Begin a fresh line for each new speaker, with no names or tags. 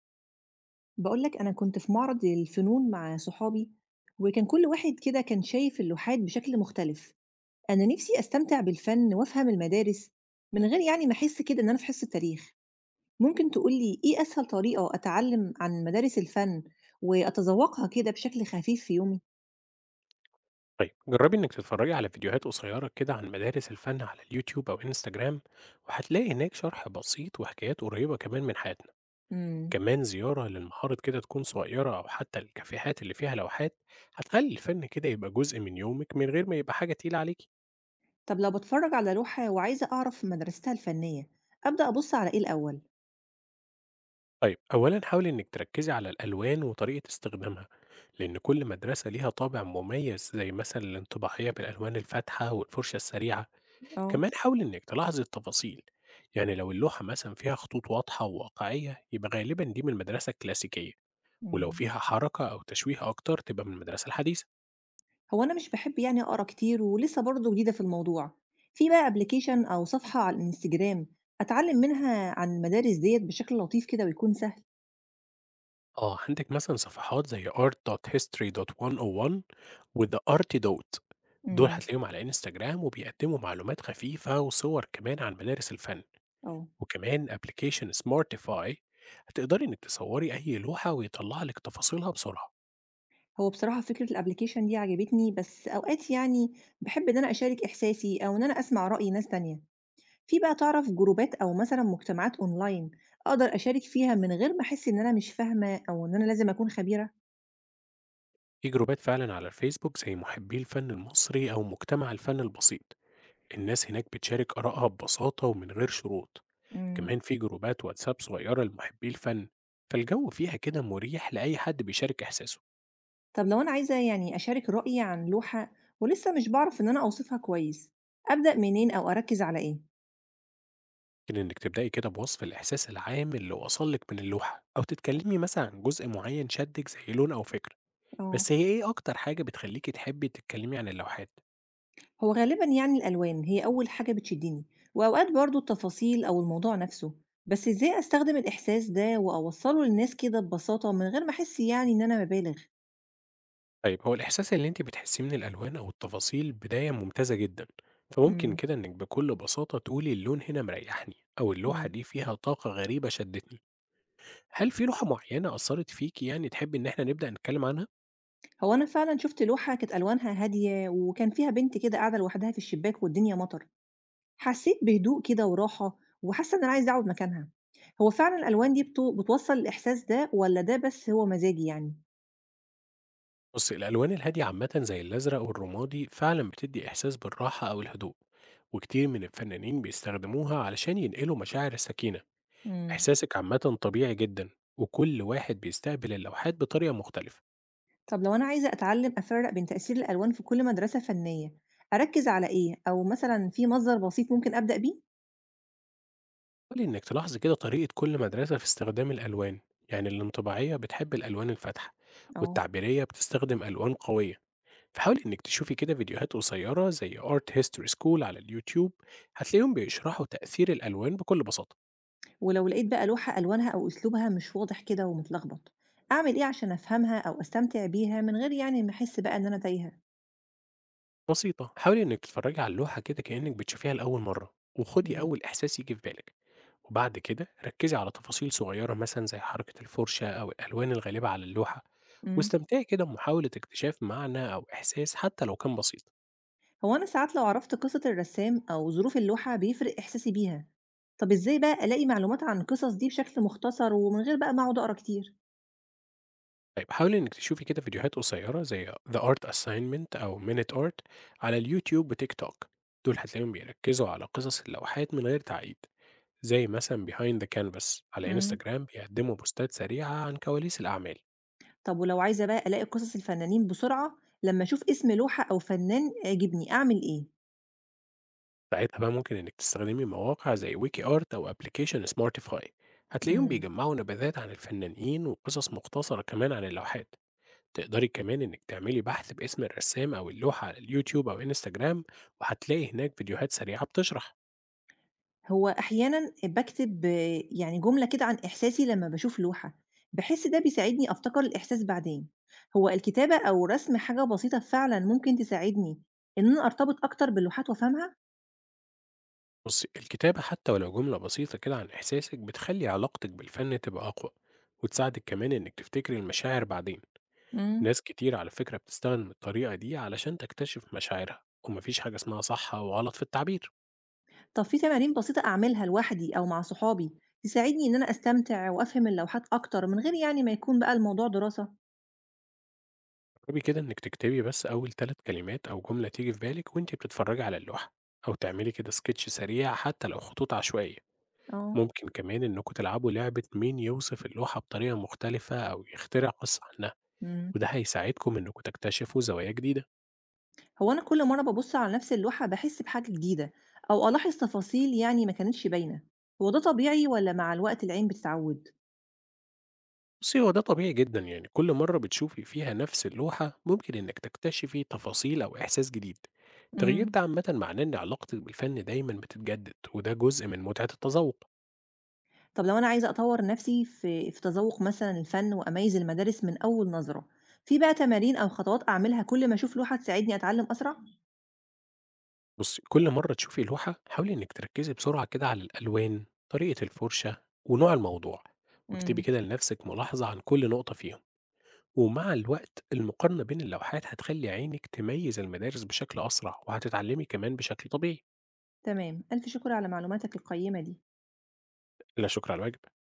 بقولك أنا كنت في معرض الفنون مع صحابي، وكان كل واحد كده كان شايف اللوحات بشكل مختلف. أنا نفسي أستمتع بالفن وأفهم المدارس من غير يعني ما أحس كده إن أنا في حصة تاريخ. ممكن تقولي إيه أسهل طريقة أتعلم عن مدارس الفن وأتذوقها كده بشكل خفيف في يومي؟
طيب جربي إنك تتفرجي على فيديوهات قصيرة كده عن مدارس الفن على اليوتيوب أو انستجرام، وهتلاقي هناك شرح بسيط وحكايات قريبة كمان من حياتنا.
مم.
كمان زيارة للمعارض كده تكون صغيرة أو حتى الكافيهات اللي فيها لوحات هتخلي الفن كده يبقى جزء من يومك من غير ما يبقى حاجة تقيلة عليكي.
طب لو بتفرج على لوحة وعايزة أعرف مدرستها الفنية أبدأ أبص على إيه الأول؟
طيب أولا حاولي إنك تركزي على الألوان وطريقة استخدامها، لأن كل مدرسة ليها طابع مميز، زي مثلا الانطباعية بالألوان الفاتحة والفرشة السريعة.
اه.
كمان حاول إنك تلاحظ التفاصيل، يعني لو اللوحة مثلا فيها خطوط واضحة وواقعية يبقى غالبا دي من المدرسة الكلاسيكية، ولو
مم.
فيها حركة أو تشويه أكتر تبقى من المدرسة الحديثة.
هو أنا مش باحب يعني أقرا كتير ولسه برضه جديدة في الموضوع، في بقى application أو صفحة على الإنستجرام أتعلم منها عن المدارس ديّة بشكل لطيف كده ويكون سهل؟
آه عندك مثلا صفحات زي art.history.101 وthe arty dot. دول
إمم.
هتلاقيهم على انستجرام وبيقدموا معلومات خفيفة وصور كمان عن مدارس الفن.
آه.
وكمان ابلكيشن سمارتيفاي، هتقدري انك تصوري اي لوحة ويطلع لك تفاصيلها بسرعة.
هو بصراحة فكرة الapplication دي عجبتني، بس أوقات يعني باحب إن أنا أشارك إحساسي أو إن أنا أسمع رأي ناس تانية، في بقى تعرف جروبات أو مثلًا مجتمعات online أقدر أشارك فيها من غير ما أحس إن أنا مش فاهمة أو إن أنا لازم أكون خبيرة؟
في جروبات فعلا على الفيسبوك زي محبي الفن المصري أو مجتمع الفن البسيط، الناس هناك بتشارك آرائها ببساطة ومن غير شروط.
إمم.
كمان في جروبات واتساب صغيرة لمحبي الفن، فالجو فيها كده مريح لأي حد بيشارك إحساسه.
طب لو أنا عايزة يعني أشارك رأيي عن لوحة ولسه مش بعرف إن أنا أوصفها كويس، أبدأ منين أو أركز على إيه؟
لكن إنك تبدأي كده بوصف الإحساس العام اللي وصلك من اللوحة أو تتكلمي مثلا عن جزء معين شدك زي لون أو فكرة.
آه.
بس هي إيه أكتر حاجة بتخليكي تحبي تتكلمي عن اللوحات؟
هو غالبا يعني الألوان هي أول حاجة بتشدني، وأوقات برضو التفاصيل أو الموضوع نفسه، بس إزاي أستخدم الإحساس ده وأوصله للناس كده ببساطة من غير ما أحس يعني إن أنا ببالغ؟
طيب هو الإحساس اللي أنتِ بتحسيه من الألوان أو التفاصيل بداية ممتازة جدًا، فممكن
امم.
كده إنِّك بكل بساطة تقولي اللون هنا مريحني، أو اللوحة
امم.
دي فيها طاقة غريبة شدتني. هل في لوحة معينة أثّرت فيكِ يعني تحبي إن إحنا نبدأ نتكلم عنها؟
هو أنا فعلا شفت لوحة كانت ألوانها هادية وكان فيها بنت كده قاعدة لوحدها في الشباك والدنيا مطر. حسّيت بهدوء كده وراحة، وحاسّة إن أنا عايزة أقعد مكانها. هو فعلًا الألوان دي بتوصّل الإحساس ده والّا ده بس هو مزاجي يعني؟
بُصّي، الألوان الهادية عامةً زي الأزرق والرمادي فعلًا بتدّي إحساس بالراحة أو الهدوء، وكتير من الفنانين بيستخدموها علشان ينقلوا مشاعر السكينة.
إمم.
إحساسِك عامةً طبيعي جدًا، وكل واحد بيستقبل اللوحات بطريقة مختلفة.
طب لو أنا عايزة أتعلّم أفرّق بين تأثير الألوان في كل مدرسة فنية، أركّز على إيه؟ أو مثلًا في مصدر بسيط ممكن أبدأ بيه؟
حاولي إنك تلاحظي كده طريقة كل مدرسة في استخدام الألوان، يعني الانطباعية بتحب الألوان الفاتحة،
آه.
والتعبيرية بتستخدم ألوان قوية. فحاولي إنك تشوفي كده فيديوهات قصيرة زي Art History School على اليوتيوب، هتلاقيهم بيشرحوا تأثير الألوان بكل بساطة.
ولو لقيت بقى لوحة ألوانها أو أسلوبها مش واضح كده ومتلخبط، أعمل إيه عشان أفهمها أو أستمتع بيها من غير يعني ما أحس بقى إن أنا تايهة؟
بسيطة، حاولي إنك تتفرجي على اللوحة كده كأنك بتشوفيها لأول مرة، وخدي
إمم.
أول إحساس يجي في بالك. وبعد كده ركزي على تفاصيل صغيرة مثلا زي حركة الفرشة أو الألوان الغالبة على اللوحة،
إمم.
واستمتعي كده بمحاولة اكتشاف معنى أو إحساس حتى لو كان بسيط.
هو أنا ساعات لو عرفت قصة الرسام أو ظروف اللوحة بيفرق إحساسي بيها. طب إزاي بقى ألاقي معلومات عن القصص دي بشكل مختصر ومن غير بقى ما أقعد أقرأ كتير؟
طيب حاولي إنِّك تشوفي كده فيديوهات قصيّرة زي The Art Assignment أو Minute Art على اليوتيوب وتيك توك، دول هتلاقيهم بيركّزوا على قصص اللوحات من غير تعقيد، زي مثلًا Behind the Canvas على
مم.
إنستجرام بيقدّموا بوستات سريعة عن كواليس الأعمال.
طب ولو عايزة بقى ألاقي قصص الفنانين بسرعة لما أشوف اسم لوحة أو فنان عجبني أعمل إيه؟
ساعتها بقى ممكن إنِّك تستخدمي مواقع زي Wiki Art أو application Smartify، هتلاقيهم
مم.
بيجمّعوا نبذات عن الفنانين وقصص مختصرة كمان عن اللوحات. تقدري كمان إنِّك تعملي بحث باسم الرسّام أو اللوحة على اليوتيوب أو إنستجرام، وهتلاقي هناك فيديوهات سريعة بتشرح.
هو أحيانا بكتب يعني جملة كده عن إحساسي لما بشوف لوحة، بحس ده بيساعدني أفتكر الإحساس بعدين. هو الكتابة أو رسم حاجة بسيطة فعلا ممكن تساعدني إن أنا أرتبط أكتر باللوحات وأفهمها؟
بصي، الكتابة حتى ولو جملة بسيطة كده عن إحساسك بتخلي علاقتك بالفن تبقى أقوى، وتساعدك كمان إنك تفتكري المشاعر بعدين.
مم.
ناس كتير على فكرة بتستخدم الطريقة دي علشان تكتشف مشاعرها، ومفيش حاجة اسمها صح أو غلط في التعبير.
طب في تمارين بسيطة أعملها لوحدي أو مع صحابي تساعدني إن أنا أستمتع وأفهم اللوحات أكتر من غير يعني ما يكون بقى الموضوع دراسة؟
جربي كده إنك تكتبي بس أول 3 كلمات أو جملة تيجي في بالك وإنتي بتتفرجي على اللوحة، أو تعملي كده سكتش سريع حتى لو خطوط عشوائية.
آه.
ممكن كمان إنكم تلعبوا لعبة مين يوصف اللوحة بطريقة مختلفة أو يخترع قصة عنها،
مم.
وده هيساعدكم إنكم تكتشفوا زوايا جديدة.
هو أنا كل مرة ببص على نفس اللوحة بحس بحاجة جديدة أو ألاحظ تفاصيل يعني ما كانتش باينة. هو ده طبيعي ولا مع الوقت العين بتتعود؟
بُصّي، هو ده طبيعي جدًا، يعني كل مرّة بتشوفي فيها نفس اللوحة ممكن إنِّك تكتشفي تفاصيل أو إحساس جديد. التغيير ده
مم.
عامةً معناه إن علاقتِك بالفن دايمًا بتتجدد، وده جزء من متعة التذوق.
طب لو أنا عايزة أطور نفسي في تذوق مثلا الفن وأميز المدارس من أول نظرة، في بقى تمارين أو خطوات أعملها كل ما أشوف لوحة تساعدني أتعلم أسرع؟
بُصّي، كل مرّة تشوفي لوحة حاولي إنِّك تركّزي بسرعة كده على الألوان، طريقة الفُرشة، ونوع الموضوع، واكتبي
مم.
كده لنفسِك ملاحظة عن كل نقطة فيهم. ومع الوقت المقارنة بين اللوحات هتخلّي عينِك تميّز المدارس بشكل أسرع، وهتتعلمي كمان بشكل طبيعي.
تمام ألف شكر على معلوماتك القيمة دي.
لا شكر على الواجب.